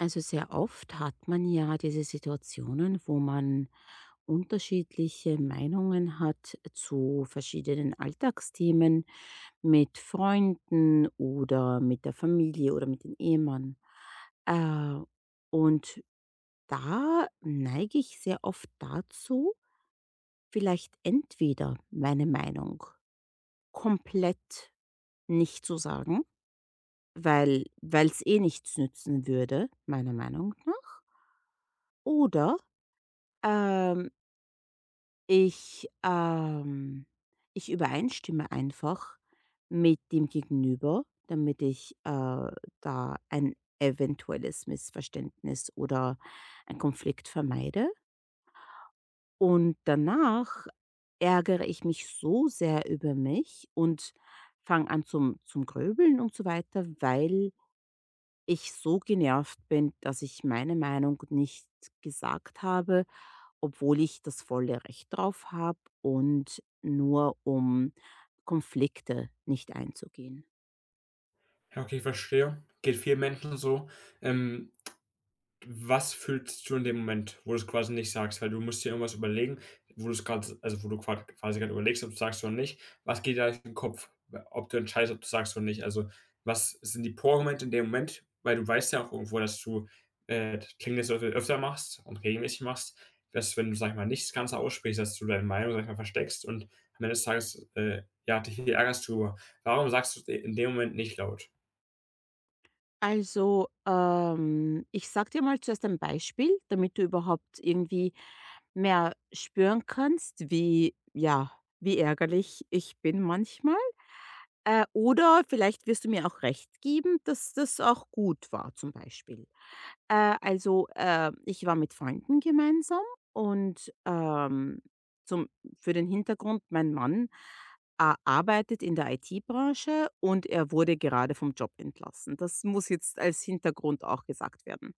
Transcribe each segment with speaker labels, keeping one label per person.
Speaker 1: Also sehr oft hat man ja diese Situationen, wo man unterschiedliche Meinungen hat zu verschiedenen Alltagsthemen mit Freunden oder mit der Familie oder mit dem Ehemann. Äh, und da neige ich sehr oft dazu, vielleicht entweder meine Meinung komplett nicht zu sagen, weil es eh nichts nützen würde, meiner Meinung nach. Oder, ähm, ich übereinstimme einfach mit dem Gegenüber, damit ich da ein eventuelles Missverständnis oder einen Konflikt vermeide. Und danach ärgere ich mich so sehr über mich und fange an zum Gröbeln und so weiter, weil ich so genervt bin, dass ich meine Meinung nicht gesagt habe, obwohl ich das volle Recht drauf habe und nur um Konflikte nicht einzugehen.
Speaker 2: Ja, okay, verstehe. Geht vielen Menschen so. Ähm, Was fühlst du in dem Moment, wo du es quasi nicht sagst? Weil du musst dir irgendwas überlegen, wo du es gerade, also, wo du quasi gerade überlegst, ob du's sagst oder nicht. Was geht da durch den Kopf, ob du entscheidest, ob du sagst oder nicht? Also, was sind die Power-Momente in dem Moment? Weil du weißt ja auch irgendwo, dass du, Klingeltöte öfter machst und regelmäßig machst, dass wenn du, sag ich mal, nicht das Ganze aussprichst, dass du deine Meinung, sag ich mal, versteckst und am Ende des Tages, ja, dich ärgerst du. Warum sagst du i in dem Moment nicht laut?
Speaker 1: Also, ich sage dir mal zuerst ein Beispiel, damit du überhaupt irgendwie mehr spüren kannst, wie, ja, wie ärgerlich ich bin manchmal. Oder vielleicht wirst du mir auch recht geben, dass das auch gut war, zum Beispiel. Ich war mit Freunden gemeinsam und, zum für den Hintergrund, mein Mann, arbeitet in der IT-Branche und er wurde gerade vom Job entlassen. Das muss jetzt als Hintergrund auch gesagt werden.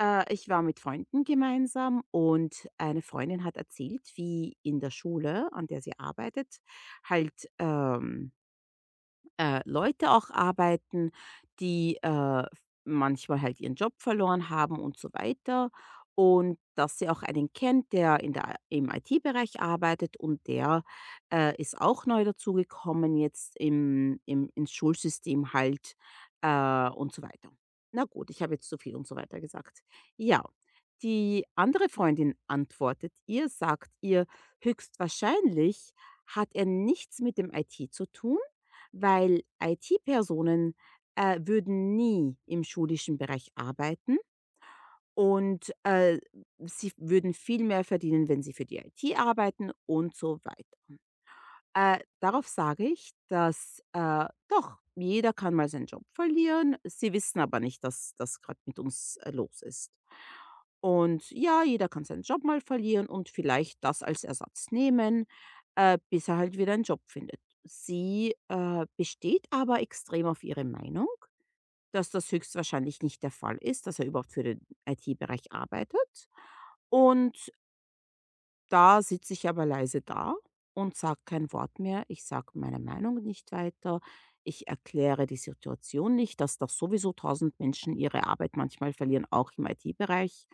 Speaker 1: Ich war mit Freunden gemeinsam und eine Freundin hat erzählt, wie in der Schule, an der sie arbeitet, halt, Leute auch arbeiten, die, manchmal halt ihren Job verloren haben und so weiter. Und dass sie auch einen kennt, der in der im IT-Bereich arbeitet und der, ist auch neu dazugekommen jetzt im ins Schulsystem halt, und so weiter. Na gut, ich habe jetzt zu viel und so weiter gesagt. Ja, die andere Freundin antwortet ihr, sagt ihr, höchstwahrscheinlich hat er nichts mit dem IT zu tun, weil IT-Personen, würden nie im schulischen Bereich arbeiten und, sie würden viel mehr verdienen, wenn sie für die IT arbeiten und so weiter. Darauf sage ich, dass, doch, jeder kann mal seinen Job verlieren. Sie wissen aber nicht, dass das gerade mit uns los ist. Und ja, jeder kann seinen Job mal verlieren und vielleicht das als Ersatz nehmen, bis er halt wieder einen Job findet. Sie besteht aber extrem auf ihre Meinung, dass das höchstwahrscheinlich nicht der Fall ist, dass er überhaupt für den IT-Bereich arbeitet. Und da sitze ich aber leise da und sage kein Wort mehr. Ich sage meine Meinung nicht weiter. Ich erkläre die Situation nicht, dass doch sowieso tausend Menschen ihre Arbeit manchmal verlieren, auch im IT-Bereich.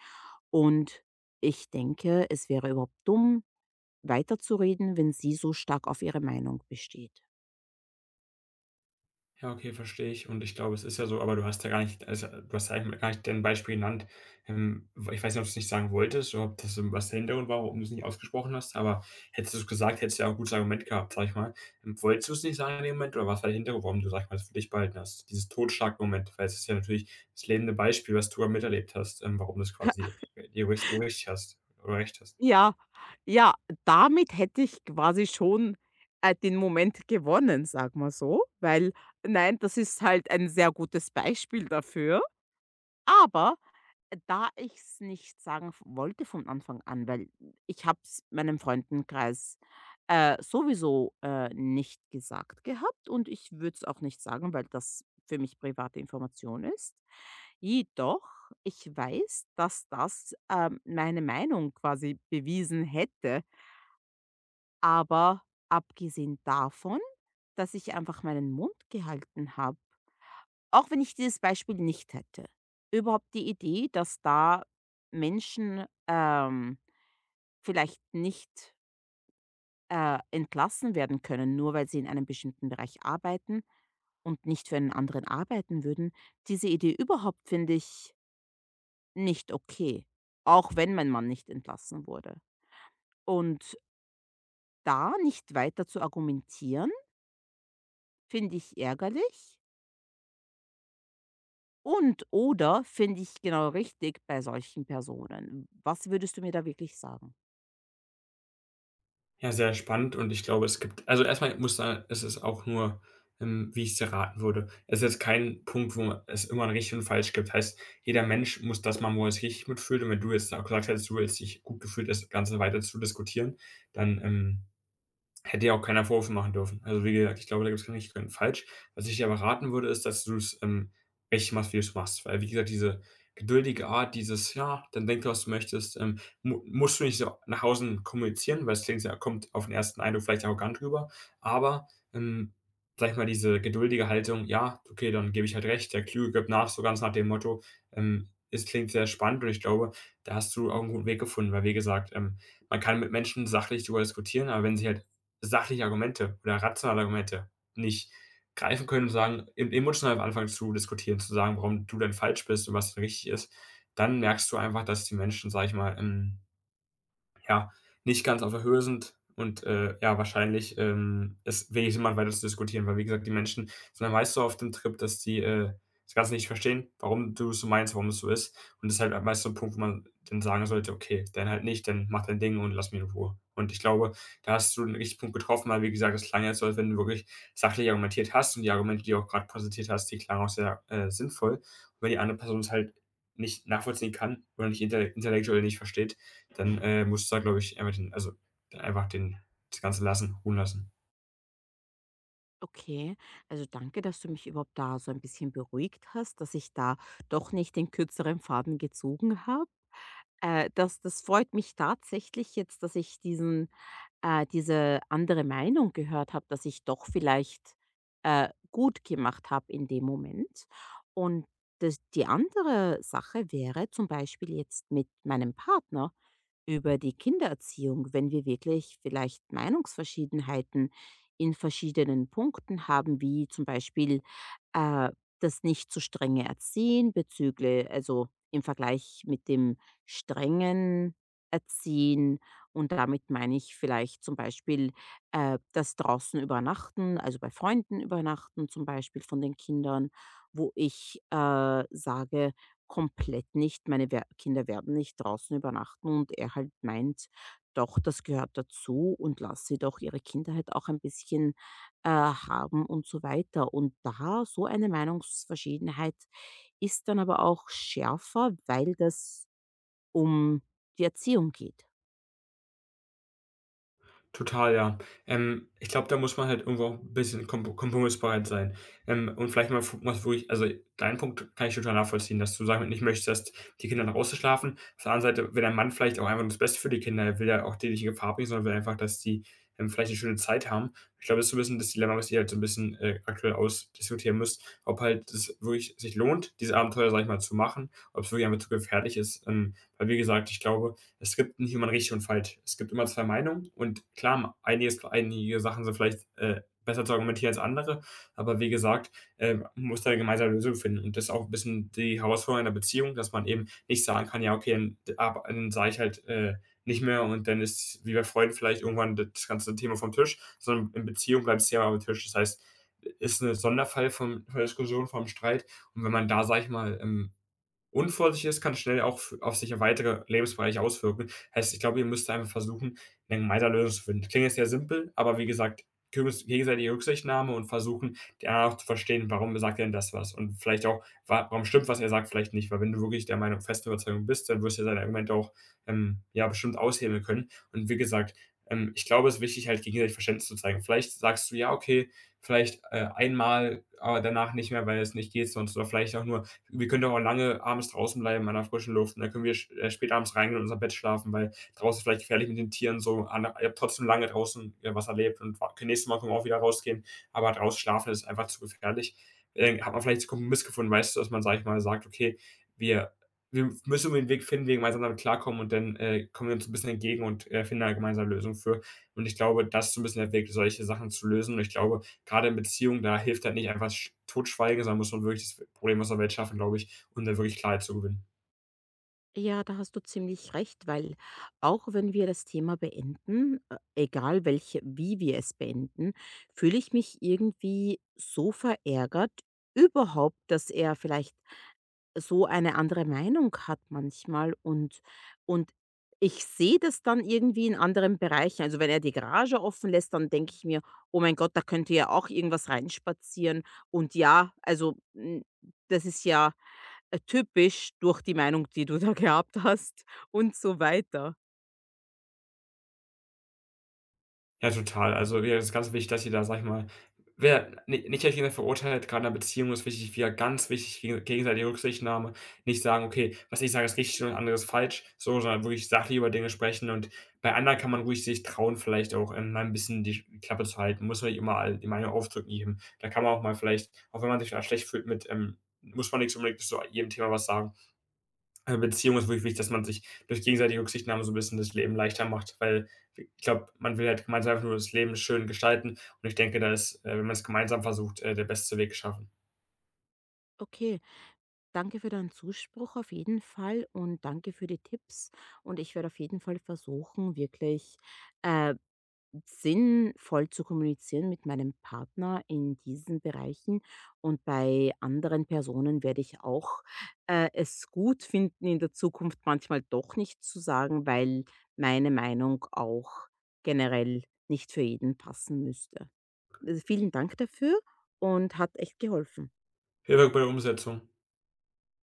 Speaker 1: Und ich denke, es wäre überhaupt dumm, weiterzureden, wenn sie so stark auf ihre Meinung besteht.
Speaker 2: Ja, okay, verstehe ich. Und ich glaube, es ist ja so, aber du hast ja gar nicht, also du hast ja eigentlich gar nicht dein Beispiel genannt. Ich weiß nicht, ob du es nicht sagen wolltest oder ob das so was der Hintergrund war, warum du es nicht ausgesprochen hast, aber hättest du es gesagt, hättest du ja auch ein gutes Argument gehabt, sag ich mal. Wolltest du es nicht sagen in dem Moment oder was war der Hintergrund, warum du, sag ich mal, das für dich behalten hast? Dieses Totschlagmoment, weil es ist ja natürlich das lebende Beispiel, was du ja miterlebt hast, warum du es quasi so richtig hast oder recht hast.
Speaker 1: Ja, ja, damit hätte ich quasi schon, den Moment gewonnen, sag mal so, weil nein, das ist halt ein sehr gutes Beispiel dafür. Aber da ich es nicht sagen f wollte von Anfang an, weil ich habe es meinem Freundenkreis, sowieso, nicht gesagt gehabt und ich würde es auch nicht sagen, weil das für mich private Information ist. Jedoch, ich weiß, dass das, meine Meinung quasi bewiesen hätte, aber abgesehen davon, dass ich einfach meinen Mund gehalten habe, auch wenn ich dieses Beispiel nicht hätte. Überhaupt die Idee, dass da Menschen, vielleicht nicht, entlassen werden können, nur weil sie in einem bestimmten Bereich arbeiten und nicht für einen anderen arbeiten würden. Diese Idee überhaupt finde ich nicht okay, auch wenn mein Mann nicht entlassen wurde. Und da nicht weiter zu argumentieren, finde ich ärgerlich. Und oder finde ich genau richtig bei solchen Personen? Was würdest du mir da wirklich sagen?
Speaker 2: Ja, sehr spannend und ich glaube, es gibt also erstmal muss da es ist auch nur, wie ich es erraten würde. Es ist kein Punkt, wo es immer ein richtig und falsch gibt. Heißt, jeder Mensch muss das machen, wo er sich richtig mitfühlt und wenn du jetzt auch gesagt hättest, du hättest dich gut gefühlt, das Ganze weiter zu diskutieren, dann, hätte ja auch keiner Vorwürfe machen dürfen. Also, wie gesagt, ich glaube, da gibt's kein richtig, kein falsch. Was ich dir aber raten würde, ist, dass du's, richtig machst, wie du's machst. Weil, wie gesagt, diese geduldige Art, dieses: „Ja, dann denk, was du möchtest“, mu musst du nicht so nach außen kommunizieren, weil es klingt ja kommt auf den ersten Eindruck vielleicht arrogant rüber. Aber, ähm, sage ich mal, diese geduldige Haltung: „Ja, okay, dann gebe ich halt recht, der Kluge gibt nach“, so ganz nach dem Motto, ähm, es klingt sehr spannend und ich glaube, da hast du auch einen guten Weg gefunden, weil, wie gesagt, man kann mit Menschen sachlich darüber diskutieren, aber wenn sie halt sachliche Argumente oder rationale Argumente nicht greifen können und sagen emotional anfangen zu diskutieren, zu sagen, warum du denn falsch bist und was richtig ist, dann merkst du einfach, dass die Menschen, sage ich mal, ja, nicht ganz auf der Höhe sind und, ja, wahrscheinlich, es wenig Sinn macht, weiter zu diskutieren, weil, wie gesagt, die Menschen sind dann meist so auf dem Trip, dass die, das Ganze nicht verstehen, warum du es so meinst, warum es so ist. Und das ist halt meist so 'n Punkt, wo man dann sagen sollte: „Okay, dann halt nicht, dann mach dein Ding und lass mich in Ruhe.“ Und ich glaube, da hast du 'n richtigen Punkt getroffen, weil, wie gesagt, das klang jetzt so, als wenn du wirklich sachlich argumentiert hast und die Argumente, die du auch gerade präsentiert hast, die klangen auch sehr, sinnvoll. Und wenn die andere Person es halt nicht nachvollziehen kann oder nicht intellektuell nicht versteht dann, musst du da, glaube ich, einfach den also, einfach den das Ganze lassen, ruhen lassen.
Speaker 1: Okay, also danke, dass du mich überhaupt da so ein bisschen beruhigt hast, dass ich da doch nicht den kürzeren Faden gezogen habe. Das freut mich tatsächlich jetzt, dass ich diese andere Meinung gehört habe, dass ich doch vielleicht, gut gemacht habe in dem Moment. Und das die andere Sache wäre zum Beispiel jetzt mit meinem Partner über die Kindererziehung, wenn wir wirklich vielleicht Meinungsverschiedenheiten in verschiedenen Punkten haben, wie zum Beispiel, äh, das nicht zu strenge Erziehen bezüglich, also, im Vergleich mit dem strengen Erziehen. Und damit meine ich vielleicht zum Beispiel das draußen übernachten, also bei Freunden übernachten zum Beispiel von den Kindern, wo ich sage, komplett nicht, meine Wer Kinder werden nicht draußen übernachten und er halt meint, doch, das gehört dazu und lass sie doch ihre Kindheit auch ein bisschen haben und so weiter. Und da so eine Meinungsverschiedenheit ist dann aber auch schärfer, weil das um die Erziehung geht.
Speaker 2: Total, ja. Ich glaube, da muss man halt irgendwo auch 'n bisschen kompo kompromissbereit sein. Und vielleicht mal fu was, wo also, deinen Punkt kann ich total nachvollziehen, dass du damit nicht möchtest, dass die Kinder nach Hause schlafen. Auf der anderen Seite will ein Mann vielleicht auch einfach nur das Beste für die Kinder. Er will ja auch die nicht in Gefahr bringen, sondern will einfach, dass die, vielleicht eine schöne Zeit haben. Ich glaube, das ist so ein bisschen das Dilemma, was ihr halt so ein bisschen, aktuell ausdiskutieren müsst, ob halt es wirklich sich lohnt, diese Abenteuer, sage ich mal, zu machen, ob es wirklich einfach zu gefährlich ist. Weil wie gesagt, ich glaube es gibt nicht immer ein richtig und falsch. Es gibt immer zwei Meinungen und klar, einiges, einige Sachen sind vielleicht besser zu argumentieren als andere, aber wie gesagt, man muss da eine gemeinsame Lösung finden und das ist auch ein bisschen die Herausforderung in der Beziehung, dass man eben nicht sagen kann, ja, okay, dann, dann sage ich halt nicht mehr und dann ist, wie bei Freunden vielleicht irgendwann das ganze Thema vom Tisch, sondern in Beziehung bleibt das Thema am Tisch. Das heißt, ist ein Sonderfall vom, von der Diskussion, vom Streit und wenn man da, sag ich mal, Unvorsichtiges kann schnell auch f auf sich weitere Lebensbereiche auswirken. Heißt, ich glaube, ihr müsst einfach versuchen, 'ne gemeinsame zu finden. Klingt jetzt sehr simpel, aber wie gesagt, geges gegenseitige Rücksichtnahme und versuchen, den anderen auch zu verstehen, warum sagt er denn das was und vielleicht auch, wa warum stimmt, was er sagt, vielleicht nicht. Weil wenn du wirklich der Meinung festen Überzeugung bist, dann wirst du ja seine Argumente auch, ja, bestimmt aushebeln können. Und wie gesagt, ich glaube, es ist wichtig, halt gegenseitig Verständnis zu zeigen. Vielleicht sagst du: „Ja, okay“, vielleicht, einmal, aber danach nicht mehr, weil es nicht geht sonst oder vielleicht auch nur: wir können doch auch lange abends draußen bleiben an der frischen Luft und dann können wir spät abends reingehen und in unser Bett schlafen, weil draußen ist vielleicht gefährlich mit den Tieren so. An, ich habe trotzdem lange draußen was erlebt und nächstes Mal können wir auch wieder rausgehen, aber draußen schlafen ist einfach zu gefährlich. Hat man vielleicht einen Kompromiss gefunden, weißt du, dass man, sag ich mal, sagt, okay, wir, wir müssen irgendwie einen Weg finden, wie wir gemeinsam damit klarkommen und dann kommen wir uns ein bisschen entgegen und finden da gemeinsam Lösung für. Und ich glaube, das ist so ein bisschen der Weg, solche Sachen zu lösen. Und ich glaube, gerade in Beziehungen, da hilft halt nicht einfach Totschweigen, sondern muss man wirklich das Problem aus der Welt schaffen, glaube ich, um da wirklich Klarheit zu gewinnen.
Speaker 1: Ja, da hast du ziemlich recht, weil auch wenn wir das Thema beenden, egal welche, wie wir es beenden, fühle ich mich irgendwie so verärgert überhaupt, dass er vielleicht so eine andere Meinung hat manchmal und ich sehe das dann irgendwie in anderen Bereichen. Also wenn er die Garage offen lässt, dann denke ich mir, oh mein Gott, da könnte ja auch irgendwas reinspazieren. Und ja, also das ist ja typisch durch die Meinung, die du da gehabt hast und so weiter.
Speaker 2: Ja, total. Also, ja, das ist ganz wichtig, dass ihr da, sage ich mal wer ni nicht gleich jemand verurteilt, gerade in 'ner Beziehung ist wichtig wieder ganz wichtig gegenseitige Rücksichtnahme. Nicht sagen: „Okay, was ich sage, ist richtig und anderes falsch“, so, sondern wirklich sachlich über Dinge sprechen und bei anderen kann man ruhig sich trauen, vielleicht auch, mal 'n bisschen die Klappe zu halten. Muss man nicht immer all die Meinung aufdrücken jedem. Da kann man auch mal vielleicht, auch wenn man sich da schlecht fühlt mit, muss man nicht unbedingt zu jedem Thema was sagen. Beziehung ist wirklich wichtig, dass man sich durch gegenseitige Rücksichtnahme so 'n bisschen das Leben leichter macht, weil ich glaube, man will halt gemeinsam einfach nur das Leben schön gestalten und ich denke, da ist, wenn man es gemeinsam versucht, der beste Weg geschaffen.
Speaker 1: Okay, danke für deinen Zuspruch auf jeden Fall und danke für die Tipps. Und ich werde auf jeden Fall versuchen, wirklich äh, sinnvoll zu kommunizieren mit meinem Partner in diesen Bereichen. Und bei anderen Personen werde ich auch es gut finden, in der Zukunft manchmal doch nicht zu sagen, weil meine Meinung auch generell nicht für jeden passen müsste. Also vielen Dank dafür, und hat echt geholfen.
Speaker 2: Viel Glück bei der Umsetzung.